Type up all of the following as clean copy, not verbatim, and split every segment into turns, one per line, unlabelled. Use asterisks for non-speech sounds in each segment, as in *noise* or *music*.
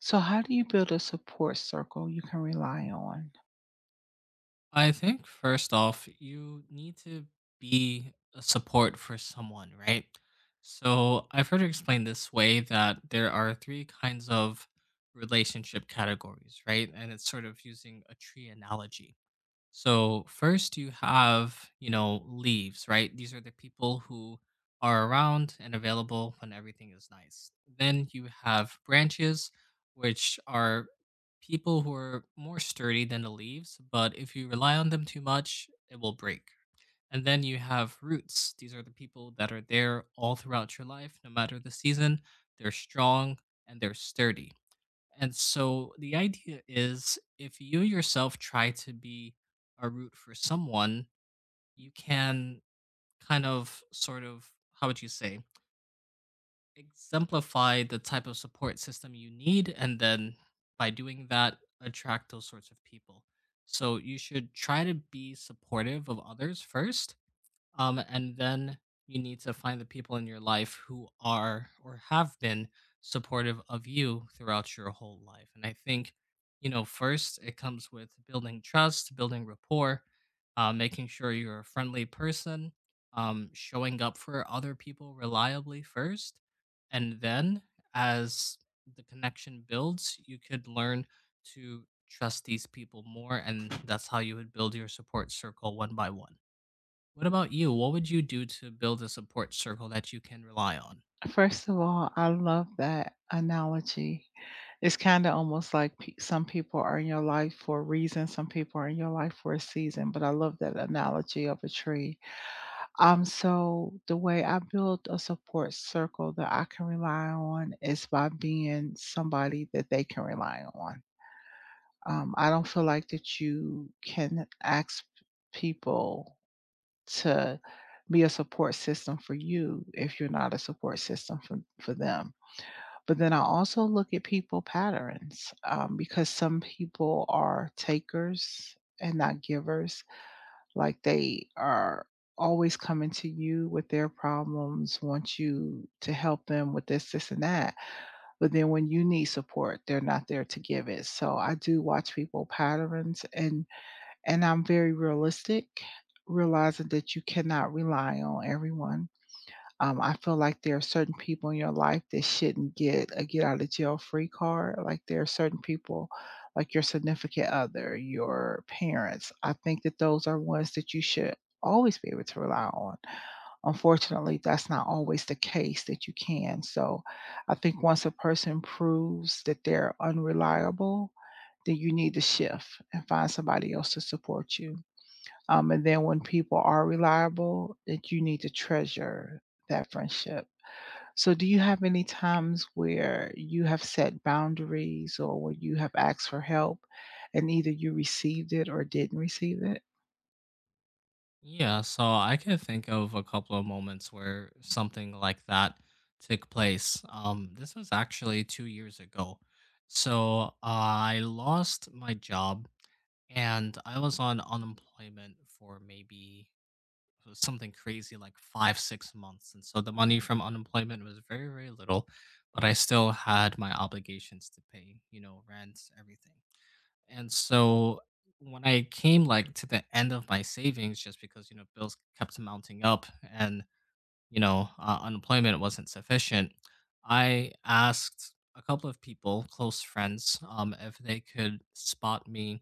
So, how do you build a support circle you can rely on?
I think first off, you need to be a support for someone, right? So I've heard it explained this way that there are three kinds of relationship categories, right? And it's sort of using a tree analogy. So first you have, leaves, right? These are the people who are around and available when everything is nice. Then you have branches, which are people who are more sturdy than the leaves, but if you rely on them too much, it will break. And then you have roots. These are the people that are there all throughout your life, no matter the season. They're strong and they're sturdy. And so the idea is if you yourself try to be a root for someone, you can kind of sort of, how would you say, exemplify the type of support system you need. And then by doing that, attract those sorts of people. So you should try to be supportive of others first and then you need to find the people in your life who are or have been supportive of you throughout your whole life. And I think, first it comes with building trust, building rapport, making sure you're a friendly person, showing up for other people reliably first. And then as the connection builds, you could learn to trust these people more. And that's how you would build your support circle one by one. What about you? What would you do to build a support circle that you can rely on?
First of all, I love that analogy. It's kind of almost like some people are in your life for a reason, some people are in your life for a season, but I love that analogy of a tree. So, the way I build a support circle that I can rely on is by being somebody that they can rely on. I don't feel like that you can ask people to be a support system for you if you're not a support system for, them. But then I also look at people patterns because some people are takers and not givers. Like they are always coming to you with their problems, want you to help them with this, this, and that. But then when you need support, they're not there to give it. So I do watch people patterns and I'm very realistic, realizing that you cannot rely on everyone. I feel like there are certain people in your life that shouldn't get a get out of jail free card. Like there are certain people, like your significant other, your parents. I think that those are ones that you should always be able to rely on. Unfortunately, that's not always the case that you can. So I think once a person proves that they're unreliable, then you need to shift and find somebody else to support you. And then when people are reliable, that you need to treasure that friendship. So, do you have any times where you have set boundaries or where you have asked for help and either you received it or didn't receive it?
Yeah, so I can think of a couple of moments where something like that took place. This was actually 2 years ago. So I lost my job and I was on unemployment for maybe it was something crazy like five, 6 months. And so the money from unemployment was very, very little, but I still had my obligations to pay, rent, everything. And so when I came like to the end of my savings, just because bills kept mounting up and unemployment wasn't sufficient, I asked a couple of people, close friends, if they could spot me,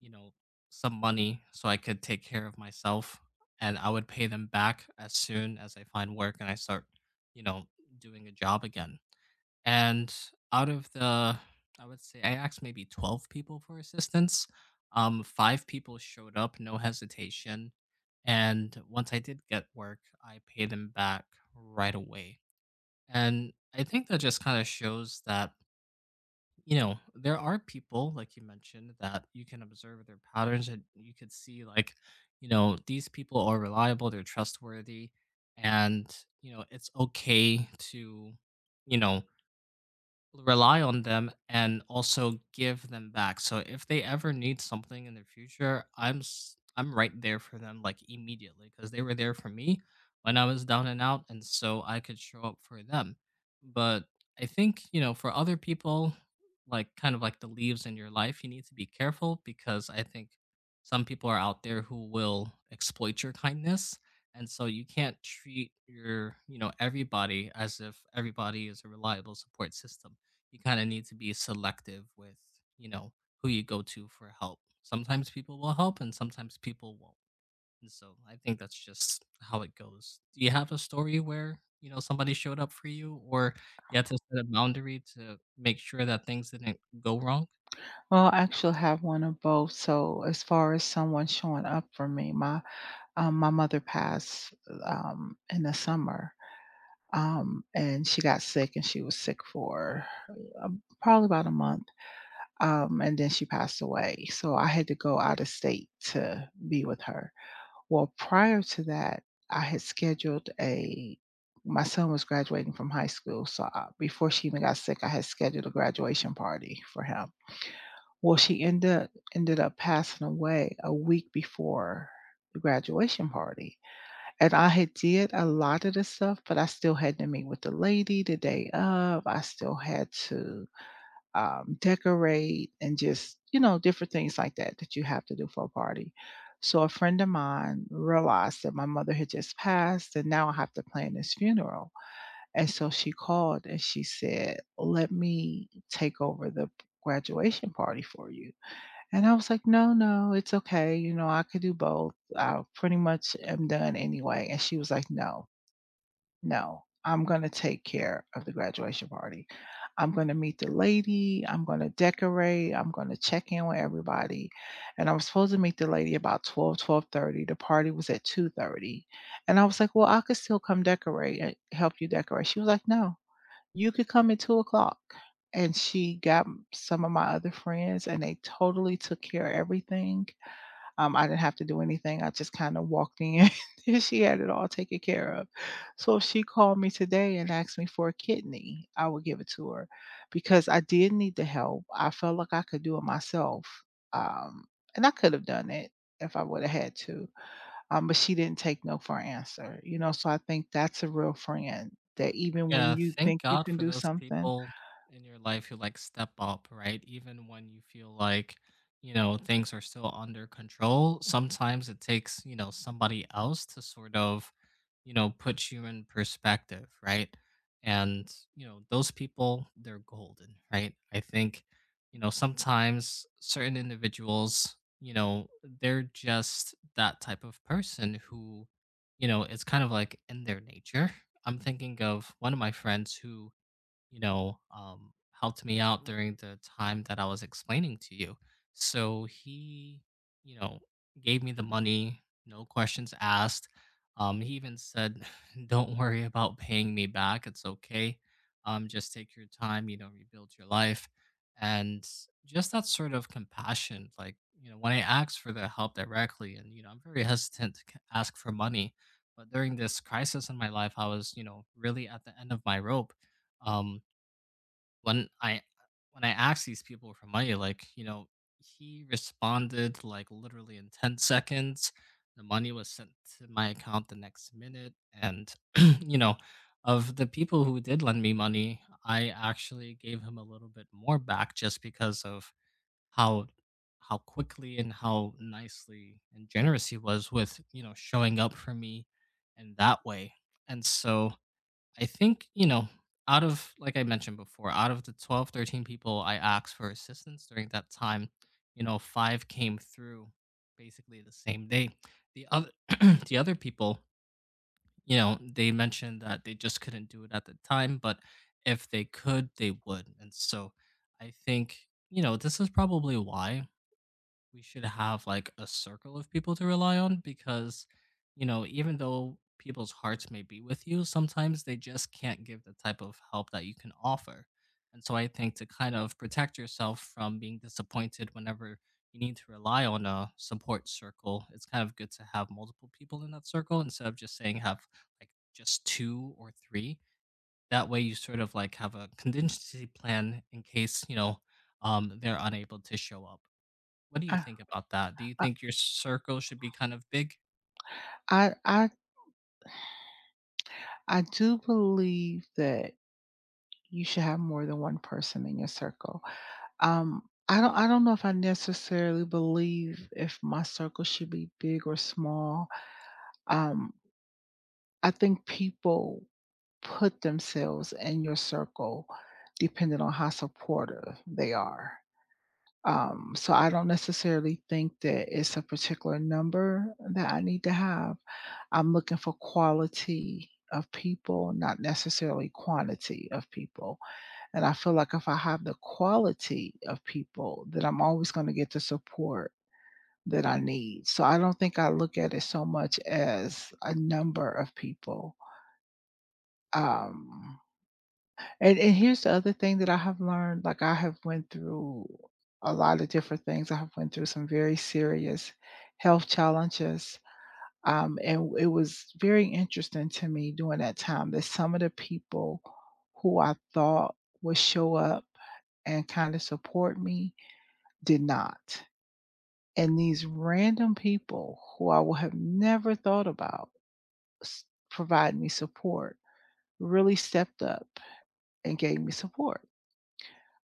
you know, some money so I could take care of myself, and I would pay them back as soon as I find work and I start, you know, doing a job again. And out of the, I would say I asked maybe 12 people for assistance. Five people showed up, no hesitation. And once I did get work, I paid them back right away. And I think that just kind of shows that, there are people, like you mentioned, that you can observe their patterns and you could see, like, these people are reliable, they're trustworthy. And, it's okay to, you know, rely on them and also give them back. So if they ever need something in the future, I'm right there for them like immediately because they were there for me when I was down and out and so I could show up for them. But I think, for other people like kind of like the leaves in your life, you need to be careful because I think some people are out there who will exploit your kindness and so you can't treat your you know everybody as if everybody is a reliable support system. You kind of need to be selective with, you know, who you go to for help. Sometimes people will help and sometimes people won't. And so I think that's just how it goes. Do you have a story where, somebody showed up for you or you had to set a boundary to make sure that things didn't go wrong?
Well, I actually have one of both. So, as far as someone showing up for me, my mother passed in the summer, and she got sick, and she was sick for probably about a month, and then she passed away. So I had to go out of state to be with her. Well, prior to that, I had scheduled a. My son was graduating from high school, so I, before she even got sick, I had scheduled a graduation party for him. Well, she ended up passing away a week before the graduation party. And I had did a lot of the stuff, but I still had to meet with the lady the day of. I still had to decorate and just, you know, different things like that that you have to do for a party. So a friend of mine realized that my mother had just passed and now I have to plan this funeral. And so she called and she said, "Let me take over the graduation party for you." And I was like, "No, no, it's okay, you know, I could do both. I pretty much am done anyway." And she was like, "No, no, I'm gonna take care of the graduation party. I'm gonna meet the lady, I'm gonna decorate, I'm gonna check in with everybody." And I was supposed to meet the lady about 12, 12:30. The party was at 2:30. And I was like, "Well, I could still come decorate and help you decorate." She was like, "No, you could come at 2 o'clock." And she got some of my other friends, and they totally took care of everything. I didn't have to do anything. I just kinda walked in, *laughs* and she had it all taken care of. So if she called me today and asked me for a kidney, I would give it to her because I did need the help. I felt like I could do it myself, um, and I could have done it if I woulda had to. But she didn't take no for an answer, you know, so I think that's a real friend that even when
Yeah,
you
thank
think you
God
can
for
do
those
something.
people in your life who, like, step up, right? Even when you feel like, things are still under control, sometimes it takes, somebody else to sort of, put you in perspective, right? And, those people, they're golden, right? I think, sometimes certain individuals, you know, they're just that type of person who, it's kind of like in their nature. I'm thinking of one of my friends who helped me out during the time that I was explaining to you. So he, you know, gave me the money, no questions asked. He even said, *laughs* "Don't worry about paying me back. It's okay. Just take your time. Rebuild your life." And just that sort of compassion, like when I asked for the help directly, and I'm very hesitant to ask for money, but during this crisis in my life, I was really at the end of my rope. Um, when I when I asked these people for money, like, he responded, like, literally in 10 seconds. The money was sent to my account the next minute, and, *clears throat* you know, of the people who did lend me money, I actually gave him a little bit more back just because of how how quickly and how nicely and generous he was with, showing up for me in that way. And so I think, out of like I mentioned before, out of the 12, 13 people I asked for assistance during that time, five came through basically the same day. The other *clears throat* the other people, they mentioned that they just couldn't do it at the time, but if they could, they would. And so I think, this is probably why we should have like a circle of people to rely on because even though people's hearts may be with you sometimes they just can't give the type of help that you can offer. And so I think to kind of protect yourself from being disappointed whenever you need to rely on a support circle, it's kind of good to have multiple people in that circle instead of just saying have like just two or three. That way you sort of like have a contingency plan in case they're unable to show up. What do you
I
think about that? Do you
I
think your circle should be kind of big?
I I I do believe that you should have more than one person in your circle. I don't know if I necessarily believe if my circle should be big or small. Um, I think people put themselves in your circle depending on how supportive they are. So I don't necessarily think that it's a particular number that I need to have. I'm looking for quality of people, not necessarily quantity of people. And I feel like if I have the quality of people, that I'm always going to get the support that I need. So I don't think I look at it so much as a number of people. Um, and here's the other thing that I have learned, like, I have went through a lot of different things. I have went through some very serious health challenges, and it was very interesting to me during that time that some of the people who I thought would show up and kinda support me did not. And these random people who I would have never thought about s provide me support, really stepped up and gave me support.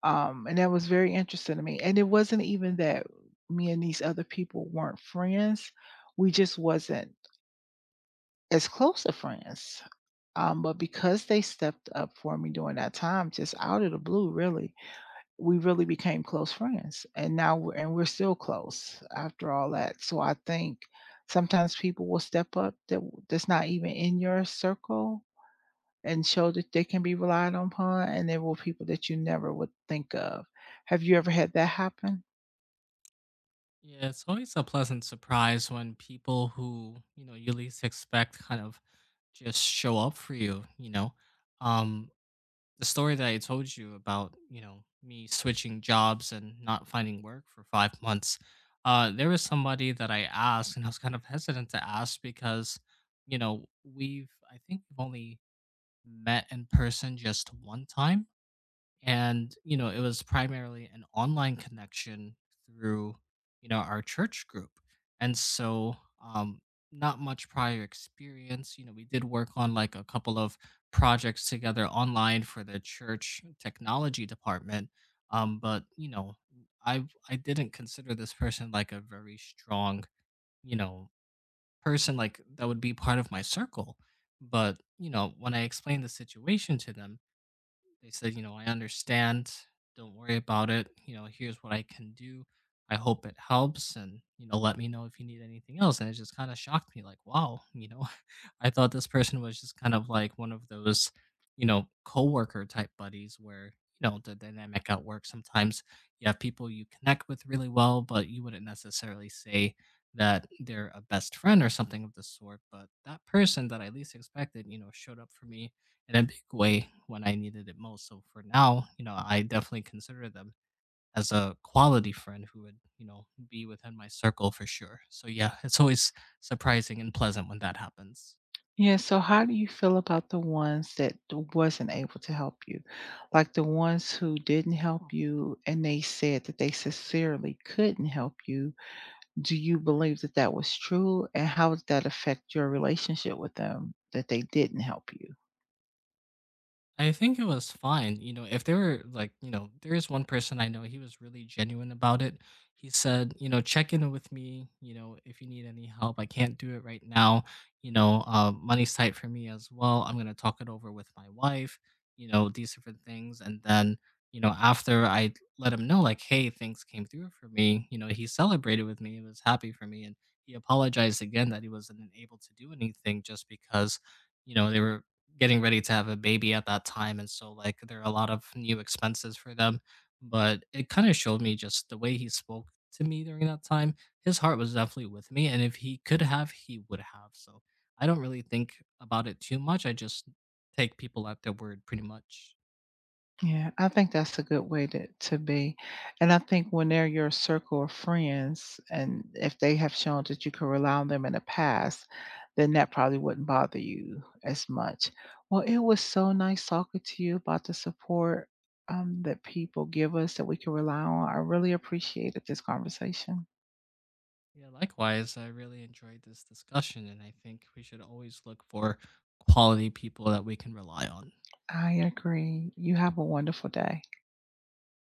And that was very interesting to me, and it wasn't even that me and these other people weren't friends, we just wasn't as close of friends, but because they stepped up for me during that time, just out of the blue, really, we really became close friends, and now we're still close after all that, so I think sometimes people will step up that's not even in your circle, and show that they can be relied upon, and there were people that you never would think of. Have you ever had that happen?
Yeah, it's always a pleasant surprise when people who, you least expect kind of just show up for you, you know. Um the story that I told you about, me switching jobs and not finding work for 5 months. There was somebody that I asked and I was kind of hesitant to ask because, we've I think we've only met in person just one time, and it was primarily an online connection through our church group. And so um not much prior experience. We did work on like a couple of projects together online for the church technology department. But I didn't consider this person like a very strong, you know person like that would be part of my circle. But when I explained the situation to them, they said, I understand. Don't worry about it. Here's what I can do. I hope it helps. And, let me know if you need anything else. And it just kind of shocked me like, wow, *laughs* I thought this person was just kind of like one of those, coworker type buddies where, the dynamic at work sometimes you have people you connect with really well, but you wouldn't necessarily say that they're a best friend or something of the sort. But that person that I least expected, showed up for me in a big way when I needed it most. So for now, I definitely consider them as a quality friend who would, be within my circle for sure. So yeah, it's always surprising and pleasant when that happens.
Yeah, so how do you feel about the ones that wasn't able to help you? Like the ones who didn't help you and they said that they sincerely couldn't help you. Do you believe that that was true? And how did that affect your relationship with them that they didn't help you?
I think it was fine. If there were like, there is one person I know, he was really genuine about it. He said, check in with me, if you need any help. I can't do it right now. Money's tight for me as well. I'm going to talk it over with my wife, these different things. And then, after I let him know, like, hey, things came through for me, he celebrated with me. He was happy for me. And he apologized again that he wasn't able to do anything just because, they were getting ready to have a baby at that time, and so, like, there are a lot of new expenses for them, but it kinda showed me just the way he spoke to me during that time, his heart was definitely with me, and if he could have, he would have, so I don't really think about it too much, I just take people at their word pretty much.
Yeah, I think that's a good way to be. And I think when they're your circle of friends, and if they have shown that you can rely on them in the past, then that probably wouldn't bother you as much. Well, it was so nice talking to you about the support that people give us that we can rely on. I really appreciated this conversation.
Yeah, likewise, I really enjoyed this discussion, and I think we should always look for quality people that we can rely on.
I agree. You have a wonderful day.